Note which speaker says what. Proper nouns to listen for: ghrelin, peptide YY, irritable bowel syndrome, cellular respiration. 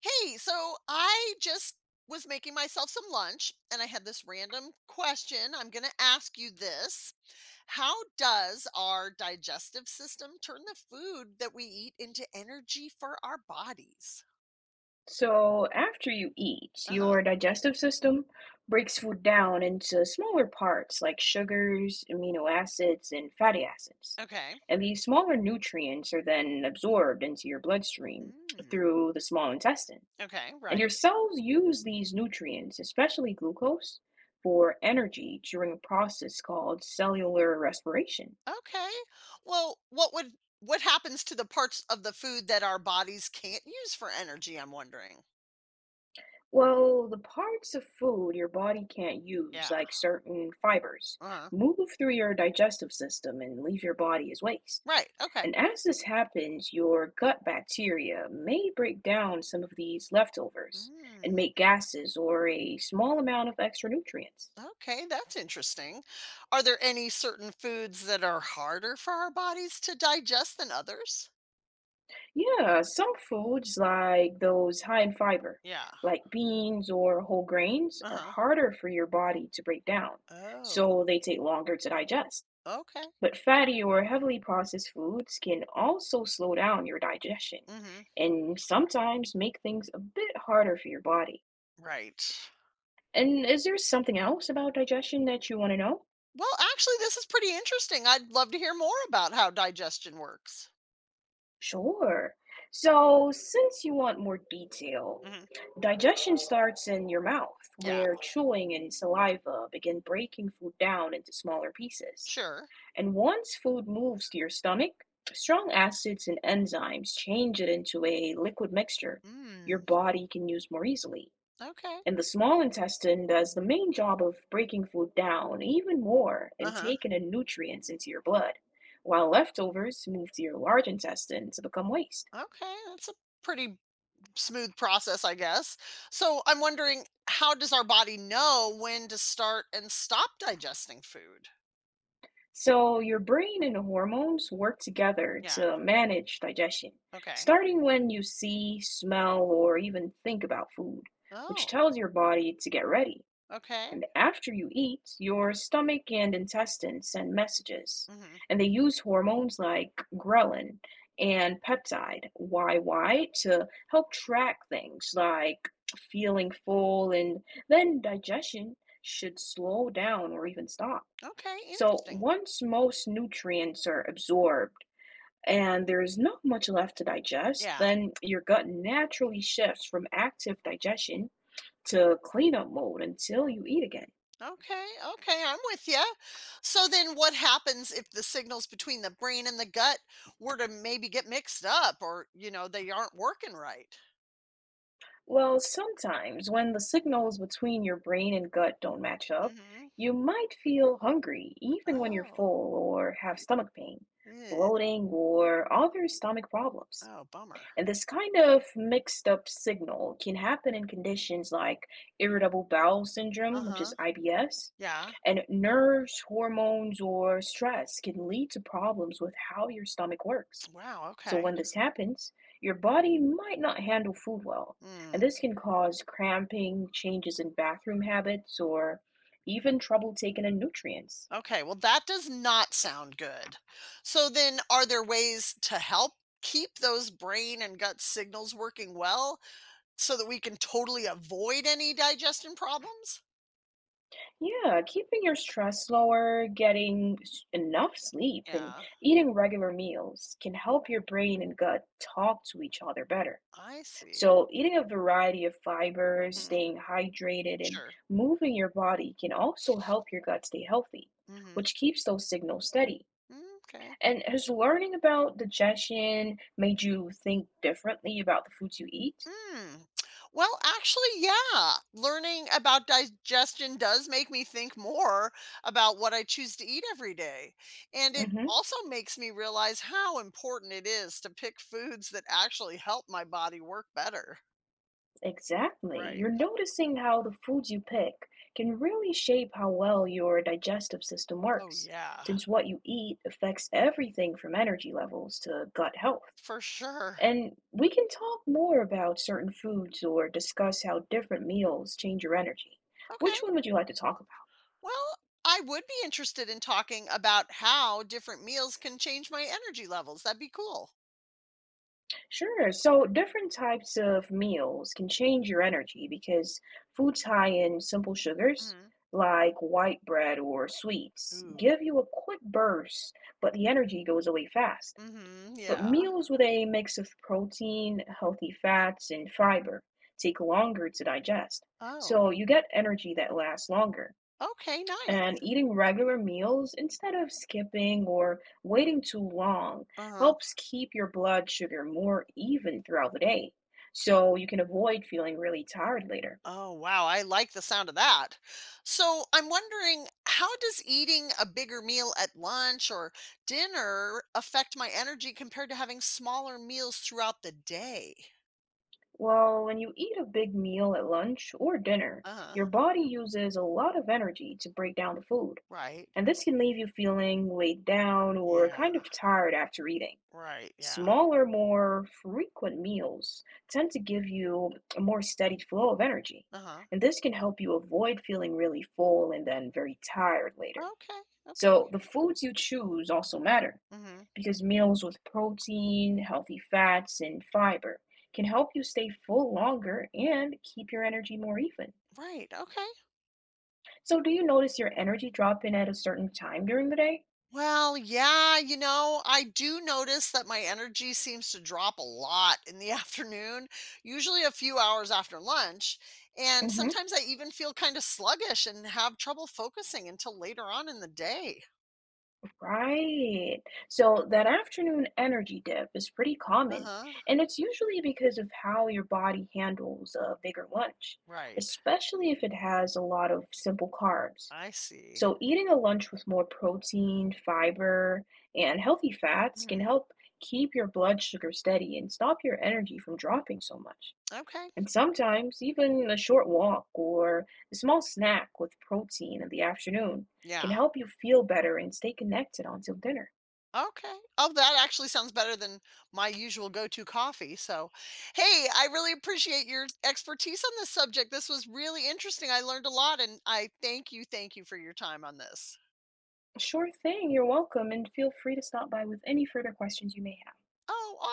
Speaker 1: Hey, so I just was making myself some lunch and I had this random question. I'm going to ask you this. How does our digestive system turn the food that we eat into energy for our bodies?
Speaker 2: So, after you eat,
Speaker 1: Uh-huh.
Speaker 2: your digestive system breaks food down into smaller parts like sugars, amino acids, and fatty acids.
Speaker 1: Okay.
Speaker 2: And these smaller nutrients are then absorbed into your bloodstream
Speaker 1: Mm,
Speaker 2: through the small intestine.
Speaker 1: okay,
Speaker 2: And your
Speaker 1: right.
Speaker 2: cells use these nutrients, especially glucose, for energy during a process called cellular respiration.
Speaker 1: Okay. Well, what happens to the parts of the food that our bodies can't use for energy, I'm wondering.
Speaker 2: Well, the parts of food your body can't use,
Speaker 1: Yeah.
Speaker 2: like certain fibers,
Speaker 1: Uh-huh.
Speaker 2: move through your digestive system and leave your body as waste.
Speaker 1: Right. Okay.
Speaker 2: And as this happens, your gut bacteria may break down some of these leftovers
Speaker 1: Mm.
Speaker 2: and make gases or a small amount of extra nutrients.
Speaker 1: Okay, that's interesting. Are there any certain foods that are harder for our bodies to digest than others?
Speaker 2: Yeah, some foods, like those high in fiber,
Speaker 1: Yeah.
Speaker 2: like beans or whole grains, are
Speaker 1: Uh-huh.
Speaker 2: harder for your body to break down,
Speaker 1: Oh,
Speaker 2: so they take longer to digest.
Speaker 1: okay.
Speaker 2: But fatty or heavily processed foods can also slow down your digestion
Speaker 1: Mm-hmm.
Speaker 2: and sometimes make things a bit harder for your body.
Speaker 1: Right.
Speaker 2: And is there something else about digestion that you want to know?
Speaker 1: Well, actually, this is pretty interesting. I'd love to hear more about how digestion works.
Speaker 2: Sure. So, since you want more detail,
Speaker 1: Hmm.
Speaker 2: digestion starts in your mouth,
Speaker 1: Yeah,
Speaker 2: where chewing and saliva begin breaking food down into smaller pieces.
Speaker 1: sure.
Speaker 2: And once food moves to your stomach, strong acids and enzymes change it into a liquid mixture your
Speaker 1: Mm,
Speaker 2: body can use more easily.
Speaker 1: okay.
Speaker 2: And the small intestine does the main job of breaking food down even more and
Speaker 1: Uh-huh.
Speaker 2: taking in nutrients into your blood, while leftovers move to your large intestine to become waste.
Speaker 1: Okay, that's a pretty smooth process, I guess. So I'm wondering, how does our body know when to start and stop digesting food?
Speaker 2: So your brain and the hormones work together
Speaker 1: Yeah.
Speaker 2: to manage digestion,
Speaker 1: Okay.
Speaker 2: starting when you see, smell, or even think about food, which
Speaker 1: Oh,
Speaker 2: tells your body to get ready.
Speaker 1: okay.
Speaker 2: And after you eat, your stomach and intestines send messages,
Speaker 1: Hmm.
Speaker 2: and they use hormones like ghrelin and peptide YY to help track things like feeling full, and then digestion should slow down or even stop.
Speaker 1: Okay,
Speaker 2: So
Speaker 1: interesting.
Speaker 2: once most nutrients are absorbed, and there's not much left to digest,
Speaker 1: Yeah.
Speaker 2: then your gut naturally shifts from active digestion to cleanup mode until you eat again.
Speaker 1: Okay. Okay, I'm with you. So then what happens if the signals between the brain and the gut were to maybe get mixed up or, they aren't working right?
Speaker 2: Well, sometimes when the signals between your brain and gut don't match
Speaker 1: Mm.
Speaker 2: up,
Speaker 1: Mhm.
Speaker 2: you might feel hungry even when you're
Speaker 1: Oh.
Speaker 2: full or have stomach pain,
Speaker 1: Eh.
Speaker 2: bloating, or other stomach problems.
Speaker 1: Oh, bummer.
Speaker 2: And this kind of mixed up signal can happen in conditions like irritable bowel syndrome, which is
Speaker 1: Uh-huh.
Speaker 2: IBS,
Speaker 1: Yeah.
Speaker 2: and nerves, hormones, or stress can lead to problems with how your stomach works.
Speaker 1: Wow,
Speaker 2: So
Speaker 1: okay.
Speaker 2: when this happens, your body might not handle food well, and
Speaker 1: Mm.
Speaker 2: this can cause cramping, changes in bathroom habits, or even trouble taking in nutrients.
Speaker 1: Okay, well that does not sound good. So then are there ways to help keep those brain and gut signals working well so that we can totally avoid any digestion problems?
Speaker 2: Yeah, keeping your stress lower, getting enough sleep, and
Speaker 1: Yeah,
Speaker 2: eating regular meals can help your brain and gut talk to each other better.
Speaker 1: I see.
Speaker 2: So, eating a variety of fibers,
Speaker 1: Mhm.
Speaker 2: staying hydrated, and
Speaker 1: Sure.
Speaker 2: moving your body can also help your gut stay healthy,
Speaker 1: Mhm.
Speaker 2: which keeps those signals steady.
Speaker 1: Mm, okay.
Speaker 2: And has learning about digestion made you think differently about the foods you eat?
Speaker 1: Mm. Well, actually, yeah. Learning about digestion does make me think more about what I choose to eat every day. And it
Speaker 2: Mm-hmm,
Speaker 1: also makes me realize how important it is to pick foods that actually help my body work better.
Speaker 2: exactly.
Speaker 1: Right.
Speaker 2: You're noticing how the foods you pick can really shape how well your digestive system
Speaker 1: Oh,
Speaker 2: works,
Speaker 1: yeah,
Speaker 2: since what you eat affects everything from energy levels to gut health.
Speaker 1: for sure.
Speaker 2: And we can talk more about certain foods or discuss how different meals change your energy. Which
Speaker 1: Okay.
Speaker 2: one would you like to talk about?
Speaker 1: Well, I would be interested in talking about how different meals can change my energy levels. That'd be cool.
Speaker 2: Sure. So different types of meals can change your energy because foods high in simple sugars,
Speaker 1: Hmm.
Speaker 2: like white bread or sweets,
Speaker 1: Ooh.
Speaker 2: give you a quick burst, but the energy goes away fast.
Speaker 1: Hmm. Yeah.
Speaker 2: But meals with a mix of protein, healthy fats, and fiber take longer to digest.
Speaker 1: Oh.
Speaker 2: So you get energy that lasts longer.
Speaker 1: Okay. Nice.
Speaker 2: And eating regular meals instead of skipping or waiting too long
Speaker 1: Uh-huh.
Speaker 2: helps keep your blood sugar more even throughout the day, so you can avoid feeling really tired later.
Speaker 1: Oh, wow. I like the sound of that. So I'm wondering, how does eating a bigger meal at lunch or dinner affect my energy compared to having smaller meals throughout the day?
Speaker 2: Well, when you eat a big meal at lunch or dinner,
Speaker 1: Uh-huh.
Speaker 2: your body uses a lot of energy to break down the food,
Speaker 1: Right.
Speaker 2: and this can leave you feeling weighed down or
Speaker 1: Yeah.
Speaker 2: kind of tired after eating.
Speaker 1: Right. Yeah.
Speaker 2: Smaller, more frequent meals tend to give you a more steady flow of energy,
Speaker 1: Uh-huh.
Speaker 2: and this can help you avoid feeling really full and then very tired later.
Speaker 1: Okay. Okay.
Speaker 2: So, the foods you choose also matter
Speaker 1: Hmm.
Speaker 2: because meals with protein, healthy fats, and fiber can help you stay full longer and keep your energy more even.
Speaker 1: Right. Okay.
Speaker 2: So, do you notice your energy dropping at a certain time during the day?
Speaker 1: Well, yeah, I do notice that my energy seems to drop a lot in the afternoon, usually a few hours after lunch. And
Speaker 2: Mm-hmm.
Speaker 1: sometimes I even feel kind of sluggish and have trouble focusing until later on in the day.
Speaker 2: Right. So that afternoon energy dip is pretty
Speaker 1: Uh
Speaker 2: common,
Speaker 1: huh.
Speaker 2: and it's usually because of how your body handles a bigger lunch,
Speaker 1: Right.
Speaker 2: especially if it has a lot of simple carbs.
Speaker 1: I see.
Speaker 2: So eating a lunch with more protein, fiber, and healthy fats can
Speaker 1: Mhm.
Speaker 2: help keep your blood sugar steady and stop your energy from dropping so much.
Speaker 1: Okay.
Speaker 2: And sometimes even a short walk or a small snack with protein in the afternoon
Speaker 1: Yeah.
Speaker 2: can help you feel better and stay connected until dinner.
Speaker 1: Okay. Oh, that actually sounds better than my usual go-to coffee. So, hey, I really appreciate your expertise on this subject. This was really interesting. I learned a lot, and I thank you for your time on this.
Speaker 2: Sure thing, you're welcome, and feel free to stop by with any further questions you may have.
Speaker 1: Oh, awesome.